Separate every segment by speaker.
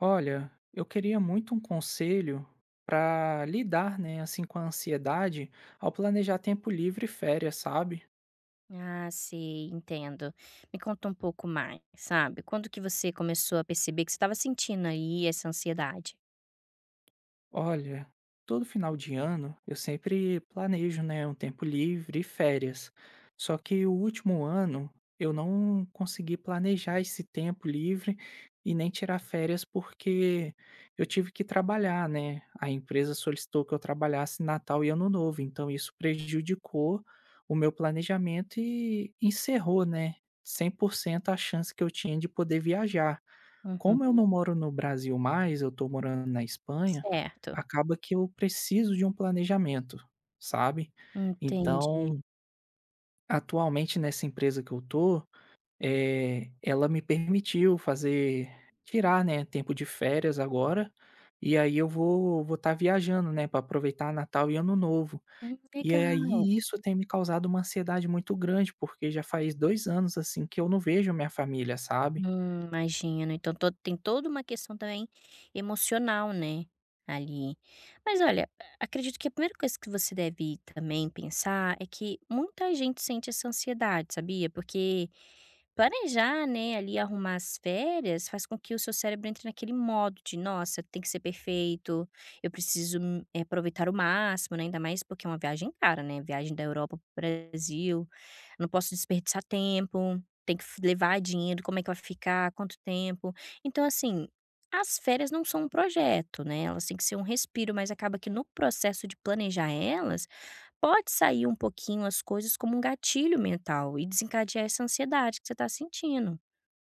Speaker 1: Olha, eu queria muito um conselho para lidar, né, assim, com a ansiedade ao planejar tempo livre e férias, sabe?
Speaker 2: Ah, sei, entendo. Me conta um pouco mais, sabe? Quando que você começou a perceber que você estava sentindo aí essa ansiedade?
Speaker 1: Olha, todo final de ano eu sempre planejo, né, um tempo livre e férias. Só que o último ano eu não consegui planejar esse tempo livre e nem tirar férias porque eu tive que trabalhar, né? A empresa solicitou que eu trabalhasse Natal e Ano Novo, então isso prejudicou o meu planejamento e encerrou, né, 100% a chance que eu tinha de poder viajar. Como eu
Speaker 2: Uhum,
Speaker 1: não moro no Brasil mais, eu tô morando na Espanha,
Speaker 2: certo,
Speaker 1: acaba que eu preciso de um planejamento, sabe.
Speaker 2: entendi.
Speaker 1: Então, atualmente nessa empresa que eu tô, ela me permitiu fazer tirar, né, tempo de férias agora, e aí eu vou estar viajando, né, para aproveitar Natal e Ano Novo. E
Speaker 2: Legal.
Speaker 1: aí isso tem me causado uma ansiedade muito grande, porque já faz 2 anos, assim, que eu não vejo minha família, sabe.
Speaker 2: Imagino. Então to tem toda uma questão também emocional, né, ali. Mas olha, acredito que a primeira coisa que você deve também pensar é que muita gente sente essa ansiedade, sabia? Porque planejar, né, ali arrumar as férias faz com que o seu cérebro entre naquele modo de: "Nossa, tem que ser perfeito, eu preciso, aproveitar o máximo", né, ainda mais porque é uma viagem cara, né, viagem da Europa para o Brasil, não posso desperdiçar tempo tem que f levar dinheiro, como é que vai ficar, quanto tempo. Então, assim, as férias não são um projeto, né, elas têm que ser um respiro, mas acaba que no processo de planejar elas, pode sair um pouquinho as coisas como um gatilho mental e desencadear essa ansiedade que você está sentindo.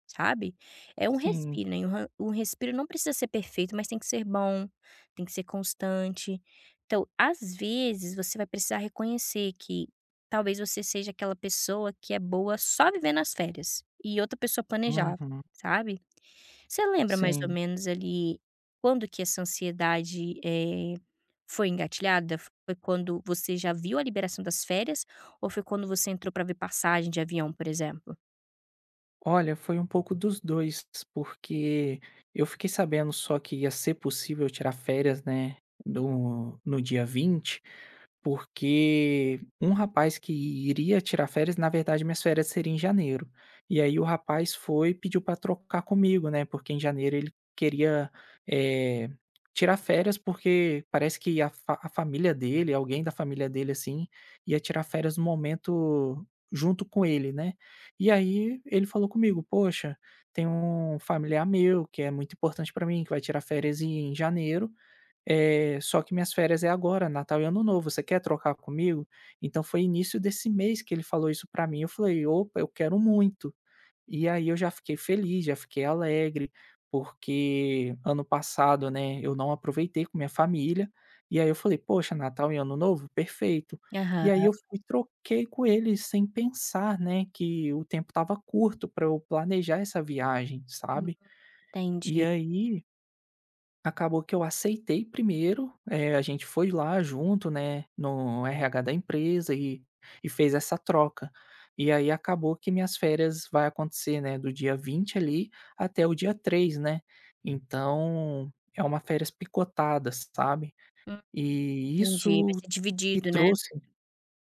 Speaker 2: Sabe? É um
Speaker 1: Sim.
Speaker 2: respiro, né, e um ran um respiro não precisa ser perfeito, mas tem que ser bom, tem que ser constante. Então, às vezes, você vai precisar reconhecer que talvez você seja aquela pessoa que é boa só vivendo as férias e outra pessoa planejava,
Speaker 1: Uhum.
Speaker 2: sabe? Você lembra mais ou
Speaker 1: Sim.
Speaker 2: menos ali quando que essa ansiedade, foi engatilhada? Foi quando você já viu a liberação das férias ou foi quando você entrou para ver passagem de avião, por exemplo?
Speaker 1: Olha, foi um pouco dos 2 porque eu fiquei sabendo só que ia ser possível tirar férias, né, do no dia 20. Porque um rapaz que iria tirar férias na verdade minhas férias seriam em janeiro. E aí o rapaz foi e pediu para trocar comigo, né, porque em janeiro ele queria, eh, tirar férias, porque parece que a família dele, alguém da família dele, assim, ia tirar férias no momento junto com ele, né. E aí ele falou comigo: "Poxa, tem um familiar meu que é muito importante para mim, que vai tirar férias em janeiro, só que minhas férias é agora, Natal e Ano Novo, você quer trocar comigo? Então foi início desse mês que ele falou isso pra mim, eu falei: "Opa, eu quero muito". E aí eu já fiquei feliz, já fiquei alegre, porque ano passado, né, eu não aproveitei com minha família, e aí eu falei: "Poxa, Natal e Ano Novo, perfeito". E aí
Speaker 2: Aham,
Speaker 1: eu fui troquei com ele sem pensar, né, que o tempo estava curto pra eu planejar essa viagem, sabe. E
Speaker 2: entendi.
Speaker 1: aí acabou que eu aceitei primeiro, a gente foi lá junto, né, no RH da empresa e fez essa troca. E aí acabou que minhas férias vai acontecer, né, do dia 20 ali até o dia 3, né. Então, é uma férias picotadas, sabe. E
Speaker 2: Entendi, vai
Speaker 1: isso
Speaker 2: ser
Speaker 1: que
Speaker 2: dividido, né.
Speaker 1: trouxe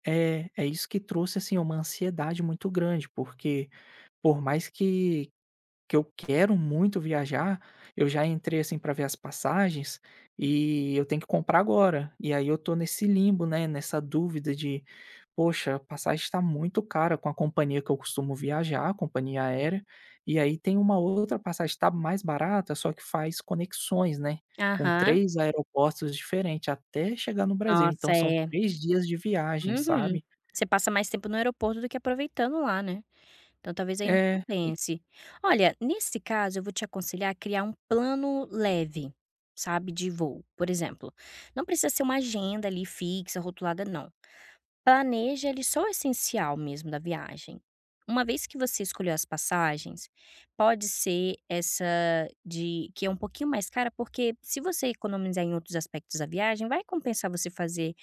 Speaker 1: é isso que trouxe, assim, uma ansiedade muito grande, porque por mais que eu quero muito viajar, eu já entrei, assim, para ver as passagens, e eu tenho que comprar agora. E aí eu tô nesse limbo, né, nessa dúvida de: "Poxa, a passagem está muito cara com a companhia que eu costumo viajar, a companhia aérea, e aí tem uma outra passagem, tá mais barata, só que faz conexões, né, com
Speaker 2: Aham.
Speaker 1: três aeroportos diferentes até chegar no Brasil,
Speaker 2: Nossa,
Speaker 1: então são
Speaker 2: é.
Speaker 1: 3 dias de viagem",
Speaker 2: Uhum.
Speaker 1: sabe.
Speaker 2: Você passa mais tempo no aeroporto do que aproveitando lá, né. Então talvez aí não
Speaker 1: É, e
Speaker 2: compense. Olha, nesse caso eu vou te aconselhar a criar um plano leve, sabe, de voo. Por exemplo, não precisa ser uma agenda ali fixa, rotulada não. Planeje ali só o essencial mesmo da viagem. Uma vez que você escolheu as passagens, pode ser essa de que é um pouquinho mais cara, porque se você economizar em outros aspectos da viagem, vai compensar você fazer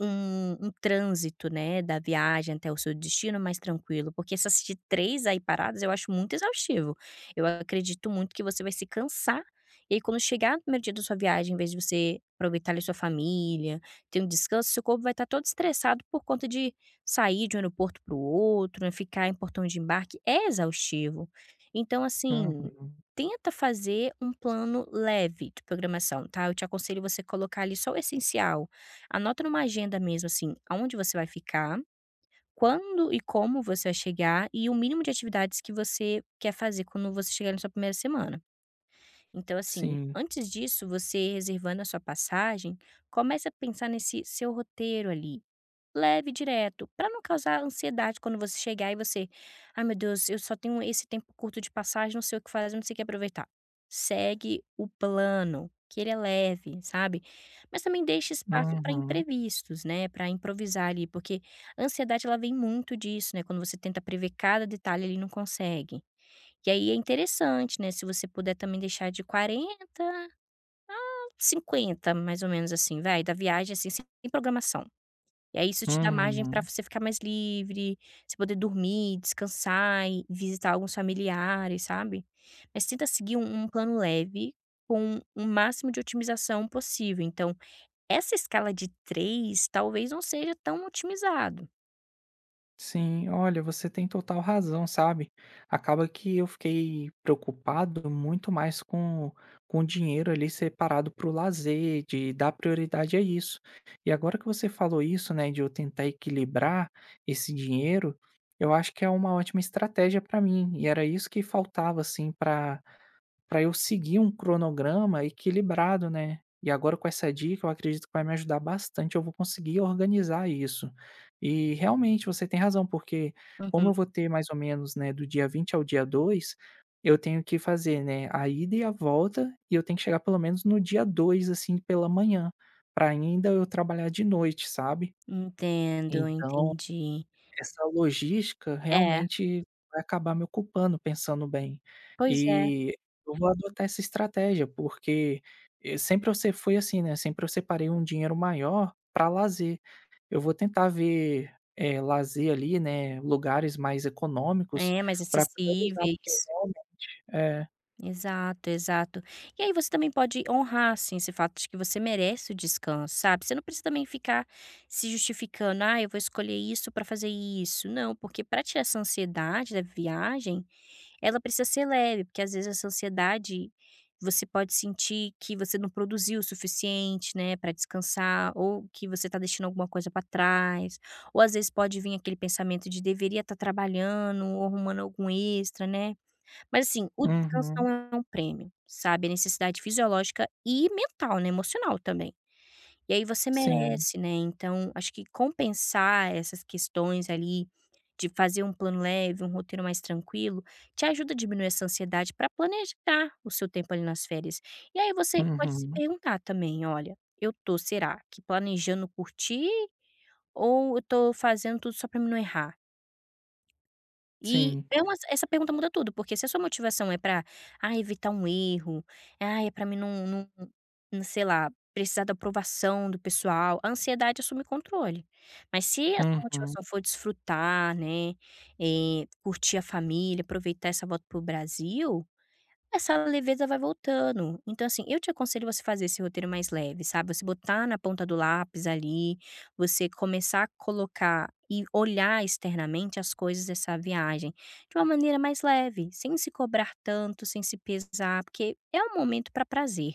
Speaker 2: um trânsito, né, da viagem até o seu destino mais tranquilo, porque essas de 3 aí paradas eu acho muito exaustivo. Eu acredito muito que você vai se cansar, e aí quando chegar no primeiro dia da sua viagem, em vez de você aproveitar ali sua família, ter um descanso, seu corpo vai estar todo estressado por conta de sair de um aeroporto para o outro, né, ficar em portão de embarque é exaustivo. Então, assim,
Speaker 1: uhum,
Speaker 2: tenta fazer um plano leve de programação, tá, eu te aconselho você colocar ali só o essencial. Anota numa agenda mesmo, assim, aonde você vai ficar, quando e como você vai chegar e o mínimo de atividades que você quer fazer quando você chegar na sua primeira semana. Então, assim,
Speaker 1: sim.
Speaker 2: antes disso, você reservando a sua passagem, começa a pensar nesse seu roteiro ali leve, direto, para não causar ansiedade quando você chegar e você: "Ai meu Deus, eu só tenho esse tempo curto de passagem, não sei o que fazer, não sei o que aproveitar". Segue o plano, que ele é leve, sabe. Mas também deixa espaço para
Speaker 1: Uhum,
Speaker 2: imprevistos, né, para improvisar ali, porque a ansiedade ela vem muito disso, né, quando você tenta prever cada detalhe ali não consegue. E aí é interessante, né, se você puder também deixar de 40, 50, mais ou menos assim, vai, da viagem, assim, sem programação. E aí isso te dá margem pra
Speaker 1: uhum.
Speaker 2: você ficar mais livre, você poder dormir, descansar e visitar alguns familiares, sabe. Mas tenta seguir um plano leve com o máximo de otimização possível, então essa escala de 3 talvez não seja tão otimizado.
Speaker 1: Sim, olha, você tem total razão, sabe? Acaba que eu fiquei preocupado muito mais com o dinheiro ali separado para o lazer, de dar prioridade a isso. E agora que você falou isso, né, de eu tentar equilibrar esse dinheiro, eu acho que é uma ótima estratégia para mim. E era isso que faltava, assim, para eu seguir um cronograma equilibrado, né. E agora com essa dica eu acredito que vai me ajudar bastante, eu vou conseguir organizar isso. E realmente você tem razão, porque como
Speaker 2: Uhum.
Speaker 1: eu vou ter mais ou menos, né, do dia 20 ao dia 2, eu tenho que fazer, né, a ida e a volta e eu tenho que chegar pelo menos no dia 2, assim, pela manhã, para ainda eu trabalhar de noite, sabe.
Speaker 2: Entendo,
Speaker 1: Então
Speaker 2: entendi.
Speaker 1: essa logística
Speaker 2: É,
Speaker 1: realmente vai acabar me ocupando, pensando bem.
Speaker 2: pois é.
Speaker 1: E eu vou adotar essa estratégia, porque, sempre eu se fui assim, né, sempre eu separei um dinheiro maior para lazer. Eu vou tentar ver, lazer ali, né, lugares mais econômicos
Speaker 2: É, mais
Speaker 1: para priorizar, porque
Speaker 2: acessíveis.
Speaker 1: realmente é.
Speaker 2: Exato, exato. E aí você também pode honrar, assim, esse fato de que você merece o descanso, sabe? Você não precisa também ficar se justificando, ah, eu vou escolher isso pra fazer isso. Não, porque pra tirar essa ansiedade da viagem, ela precisa ser leve, porque às vezes essa ansiedade você pode sentir que você não produziu o suficiente, né, pra descansar, ou que você tá deixando alguma coisa pra trás, ou às vezes pode vir aquele pensamento de deveria estar trabalhando ou arrumando algum extra, né? Mas assim, o descanso não
Speaker 1: Uhum.
Speaker 2: é um prêmio, sabe, é necessidade fisiológica e mental, né, emocional também. E aí você
Speaker 1: Sim.
Speaker 2: merece, né, então acho que compensar essas questões ali, de fazer um plano leve, um roteiro mais tranquilo, te ajuda a diminuir essa ansiedade para planejar o seu tempo ali nas férias. E aí você pode se
Speaker 1: Uhum.
Speaker 2: perguntar também: "Olha, eu tô, será que planejando curtir ou eu tô fazendo tudo só para mim não errar?". E
Speaker 1: Sim.
Speaker 2: é uma essa pergunta muda tudo, porque se a sua motivação é pra, ah, evitar um erro, ah, é pra mim não sei lá, precisar da aprovação do pessoal, a ansiedade assume controle. Mas se a sua
Speaker 1: Uhum.
Speaker 2: motivação for desfrutar, né, curtir a família, aproveitar essa volta pro Brasil, essa leveza vai voltando. Então, assim, eu te aconselho você fazer esse roteiro mais leve, sabe? Você botar na ponta do lápis ali, você começar a colocar e olhar externamente as coisas dessa viagem de uma maneira mais leve, sem se cobrar tanto, sem se pesar, porque é um momento para prazer.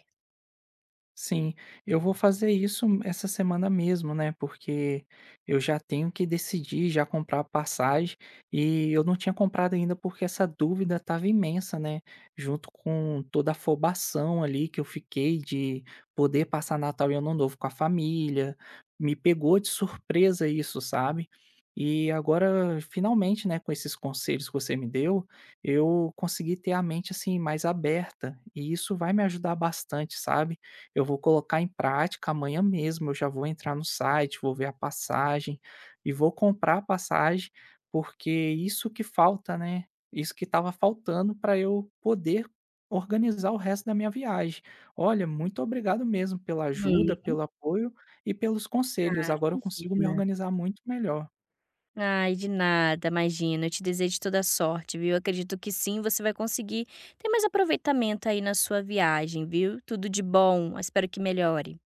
Speaker 1: Sim, eu vou fazer isso essa semana mesmo, né? Porque eu já tenho que decidir, já comprar a passagem e eu não tinha comprado ainda porque essa dúvida estava imensa, né? Junto com toda a afobação ali que eu fiquei de poder passar Natal e Ano Novo com a família, me pegou de surpresa isso, sabe? E agora, finalmente, né, com esses conselhos que você me deu, eu consegui ter a mente assim mais aberta e isso vai me ajudar bastante, sabe? Eu vou colocar em prática amanhã mesmo, eu já vou entrar no site, vou ver a passagem e vou comprar a passagem, porque isso que falta, né, isso que estava faltando para eu poder organizar o resto da minha viagem. Olha, muito obrigado mesmo pela ajuda,
Speaker 2: Uhum.
Speaker 1: pelo apoio e pelos conselhos. Agora eu consigo me organizar muito melhor.
Speaker 2: Ai, de nada, imagina. Eu te desejo toda sorte, viu? Acredito que sim, você vai conseguir ter mais aproveitamento aí na sua viagem, viu? Tudo de bom. Espero que melhore.